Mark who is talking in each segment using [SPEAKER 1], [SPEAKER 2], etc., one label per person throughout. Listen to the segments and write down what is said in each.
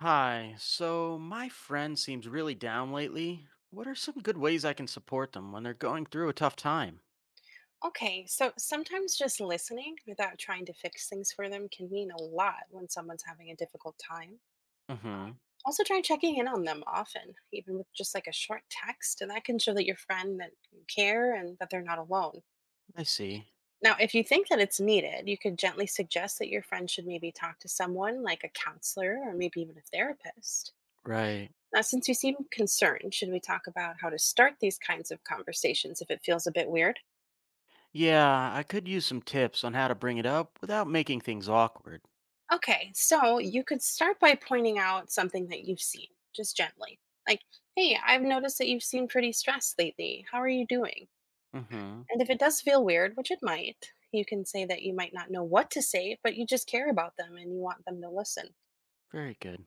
[SPEAKER 1] Hi, so my friend seems really down lately. What are some good ways I can support them when they're going through a tough time?
[SPEAKER 2] Okay, so sometimes just listening without trying to fix things for them can mean a lot when someone's having a difficult time.
[SPEAKER 1] Mm-hmm.
[SPEAKER 2] Also, try checking in on them often, even with just like a short text, and that can show that your friend that you care and that they're not alone.
[SPEAKER 1] I see.
[SPEAKER 2] Now, if you think that it's needed, you could gently suggest that your friend should maybe talk to someone like a counselor or maybe even a therapist.
[SPEAKER 1] Right.
[SPEAKER 2] Now, since you seem concerned, should we talk about how to start these kinds of conversations if it feels a bit weird?
[SPEAKER 1] Yeah, I could use some tips on how to bring it up without making things awkward.
[SPEAKER 2] Okay, so you could start by pointing out something that you've seen, just gently. Like, hey, I've noticed that you've seemed pretty stressed lately. How are you doing?
[SPEAKER 1] Mm-hmm.
[SPEAKER 2] And if it does feel weird, which it might, you can say that you might not know what to say, but you just care about them and you want them to listen.
[SPEAKER 1] Very good.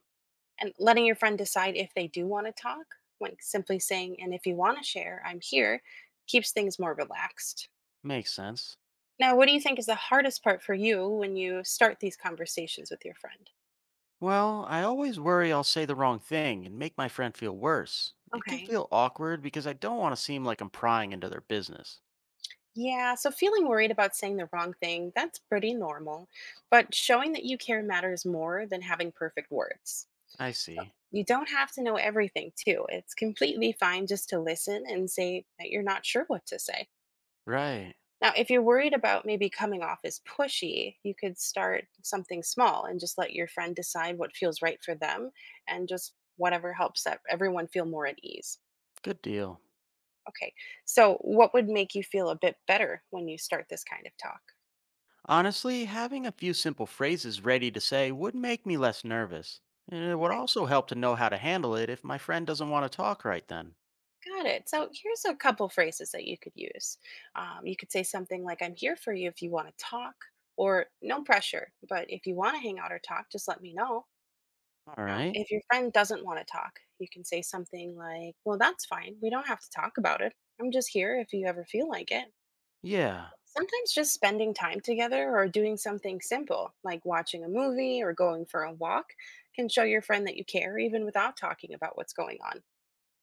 [SPEAKER 2] And letting your friend decide if they do want to talk, like simply saying, and if you want to share, I'm here, keeps things more relaxed.
[SPEAKER 1] Makes sense.
[SPEAKER 2] Now, what do you think is the hardest part for you when you start these conversations with your friend?
[SPEAKER 1] Well, I always worry I'll say the wrong thing and make my friend feel worse. It can
[SPEAKER 2] Okay.
[SPEAKER 1] feel awkward because I don't want to seem like I'm prying into their business.
[SPEAKER 2] Yeah, so feeling worried about saying the wrong thing, that's pretty normal. But showing that you care matters more than having perfect words.
[SPEAKER 1] I
[SPEAKER 2] So
[SPEAKER 1] see.
[SPEAKER 2] you don't have to know everything, too. It's completely fine just to listen and say that you're not sure what to say.
[SPEAKER 1] Right.
[SPEAKER 2] Now, if you're worried about maybe coming off as pushy, you could start something small and just let your friend decide what feels right for them and just whatever helps that everyone feel more at ease.
[SPEAKER 1] Good deal.
[SPEAKER 2] Okay, so what would make you feel a bit better when you start this kind of talk?
[SPEAKER 1] Honestly, having a few simple phrases ready to say would make me less nervous. And it would
[SPEAKER 2] Okay.
[SPEAKER 1] also help to know how to handle it if my friend doesn't want to talk right then.
[SPEAKER 2] Got it. So here's a couple phrases that you could use. You could say something like, I'm here for you if you want to talk, or no pressure, but if you want to hang out or talk, just let me know.
[SPEAKER 1] All
[SPEAKER 2] Now,
[SPEAKER 1] right.
[SPEAKER 2] if your friend doesn't want to talk, you can say something like, well, that's fine. We don't have to talk about it. I'm just here if you ever feel like it.
[SPEAKER 1] Yeah.
[SPEAKER 2] Sometimes just spending time together or doing something simple, like watching a movie or going for a walk, can show your friend that you care even without talking about what's going on.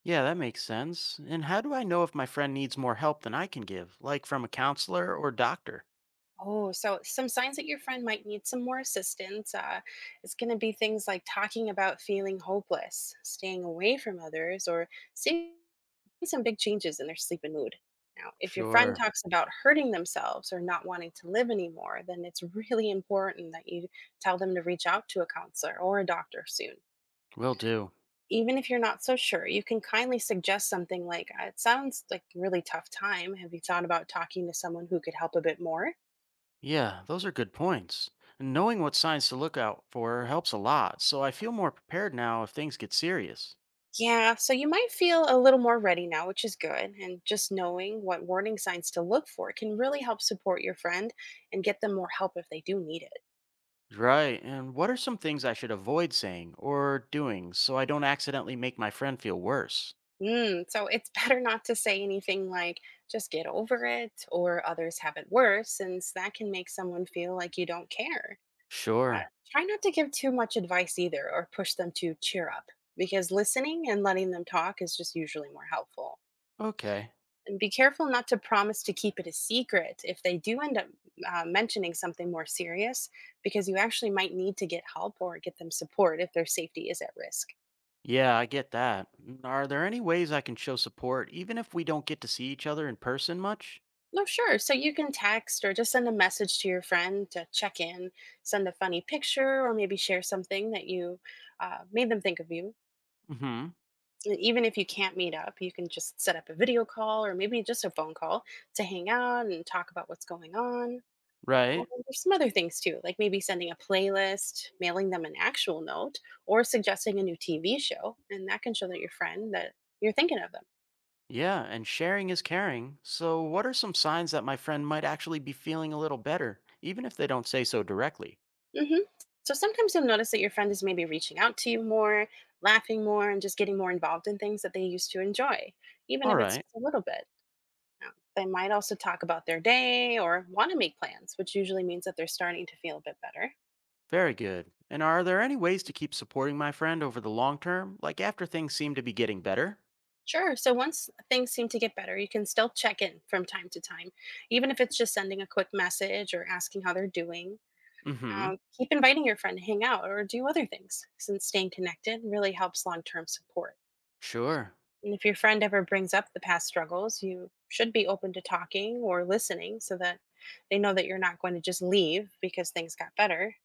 [SPEAKER 1] Yeah, that makes sense. And how do I know if my friend needs more help than I can give, like from a counselor or doctor?
[SPEAKER 2] Oh, so some signs that your friend might need some more assistance is going to be things like talking about feeling hopeless, staying away from others, or seeing some big changes in their sleep and mood. Now, if your friend
[SPEAKER 1] Sure.
[SPEAKER 2] talks about hurting themselves or not wanting to live anymore, then it's really important that you tell them to reach out to a counselor or a doctor soon.
[SPEAKER 1] Will do.
[SPEAKER 2] Even if you're not so sure, you can kindly suggest something like, "It sounds like a really tough time. Have you thought about talking to someone who could help a bit more?"
[SPEAKER 1] Yeah, those are good points. And knowing what signs to look out for helps a lot, so I feel more prepared now if things get serious.
[SPEAKER 2] Yeah, so you might feel a little more ready now, which is good. And just knowing what warning signs to look for can really help support your friend and get them more help if they do need it.
[SPEAKER 1] Right. And what are some things I should avoid saying or doing so I don't accidentally make my friend feel worse?
[SPEAKER 2] Mm, so it's better not to say anything like, just get over it, or others have it worse, since that can make someone feel like you don't care. Uh,
[SPEAKER 1] Sure.
[SPEAKER 2] Try not to give too much advice either or push them to cheer up, because listening and letting them talk is just usually more helpful.
[SPEAKER 1] Okay.
[SPEAKER 2] Be careful not to promise to keep it a secret if they do end up mentioning something more serious, because you actually might need to get help or get them support if their safety is at risk.
[SPEAKER 1] Yeah, I get that. Mm, are there any ways I can show support even if we don't get to see each other in person much?
[SPEAKER 2] No, sure. So you can text or just send a message to your friend to check in, send a funny picture, or maybe share something that you made them think of you.
[SPEAKER 1] Mhm.
[SPEAKER 2] And even if you can't meet up, you can just set up a video call or maybe just a phone call to hang out and talk about what's going on.
[SPEAKER 1] Right.
[SPEAKER 2] There's some other things too, like maybe sending a playlist, mailing them an actual note, or suggesting a new TV show, and that can show that your friend that you're thinking of them.
[SPEAKER 1] Yeah, and sharing is caring. So what are some signs that my friend might actually be feeling a little better even if they don't say so directly?
[SPEAKER 2] hmm So sometimes you'll notice that your friend is maybe reaching out to you more, laughing more, and just getting more involved in things that they used to enjoy, even
[SPEAKER 1] All
[SPEAKER 2] if it's
[SPEAKER 1] right.
[SPEAKER 2] just a little bit. Now, they might also talk about their day or want to make plans, which usually means that they're starting to feel a bit better.
[SPEAKER 1] Very good. And are there any ways to keep supporting my friend over the long term, like after things seem to be getting better?
[SPEAKER 2] Sure. So once things seem to get better, you can still check in from time to time, even if it's just sending a quick message or asking how they're doing.
[SPEAKER 1] Mm-hmm.
[SPEAKER 2] Keep inviting your friend to hang out or do other things, since staying connected really helps long term support.
[SPEAKER 1] Sure.
[SPEAKER 2] And if your friend ever brings up the past struggles, you should be open to talking or listening so that they know that you're not going to just leave because things got better.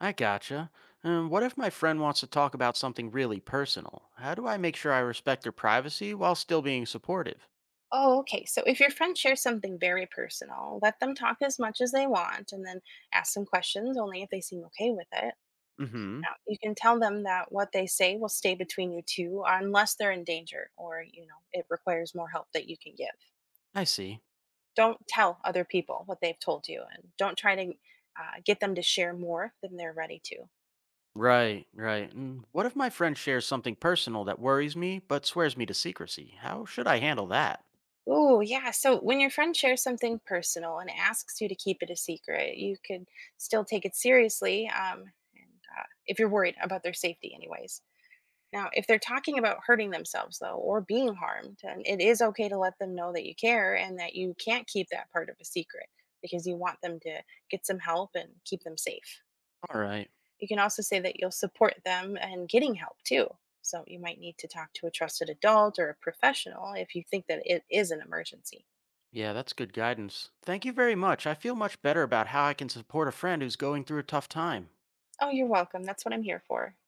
[SPEAKER 1] I gotcha. What if my friend wants to talk about something really personal? How do I make sure I respect their privacy while still being supportive?
[SPEAKER 2] Oh, okay. So if your friend shares something very personal, let them talk as much as they want and then ask some questions only if they seem okay with it.
[SPEAKER 1] Mm-hmm.
[SPEAKER 2] Out. You can tell them that what they say will stay between you two unless they're in danger or, you know, it requires more help that you can give.
[SPEAKER 1] I see.
[SPEAKER 2] Don't tell other people what they've told you and don't try to get them to share more than they're ready to.
[SPEAKER 1] Right, right. Mm, what if my friend shares something personal that worries me but swears me to secrecy? How should I handle that?
[SPEAKER 2] Oh, yeah. So when your friend shares something personal and asks you to keep it a secret, you could still take it seriously. And If you're worried about their safety, anyways. Now, if they're talking about hurting themselves, though, or being harmed, then it is okay to let them know that you care and that you can't keep that part of a secret because you want them to get some help and keep them safe.
[SPEAKER 1] All right.
[SPEAKER 2] You can also say that you'll support them and getting help too. So you might need to talk to a trusted adult or a professional if you think that it is an emergency.
[SPEAKER 1] Yeah, that's good guidance. Thank you very much. I feel much better about how I can support a friend who's going through a tough time.
[SPEAKER 2] Oh, you're welcome. That's what I'm here for.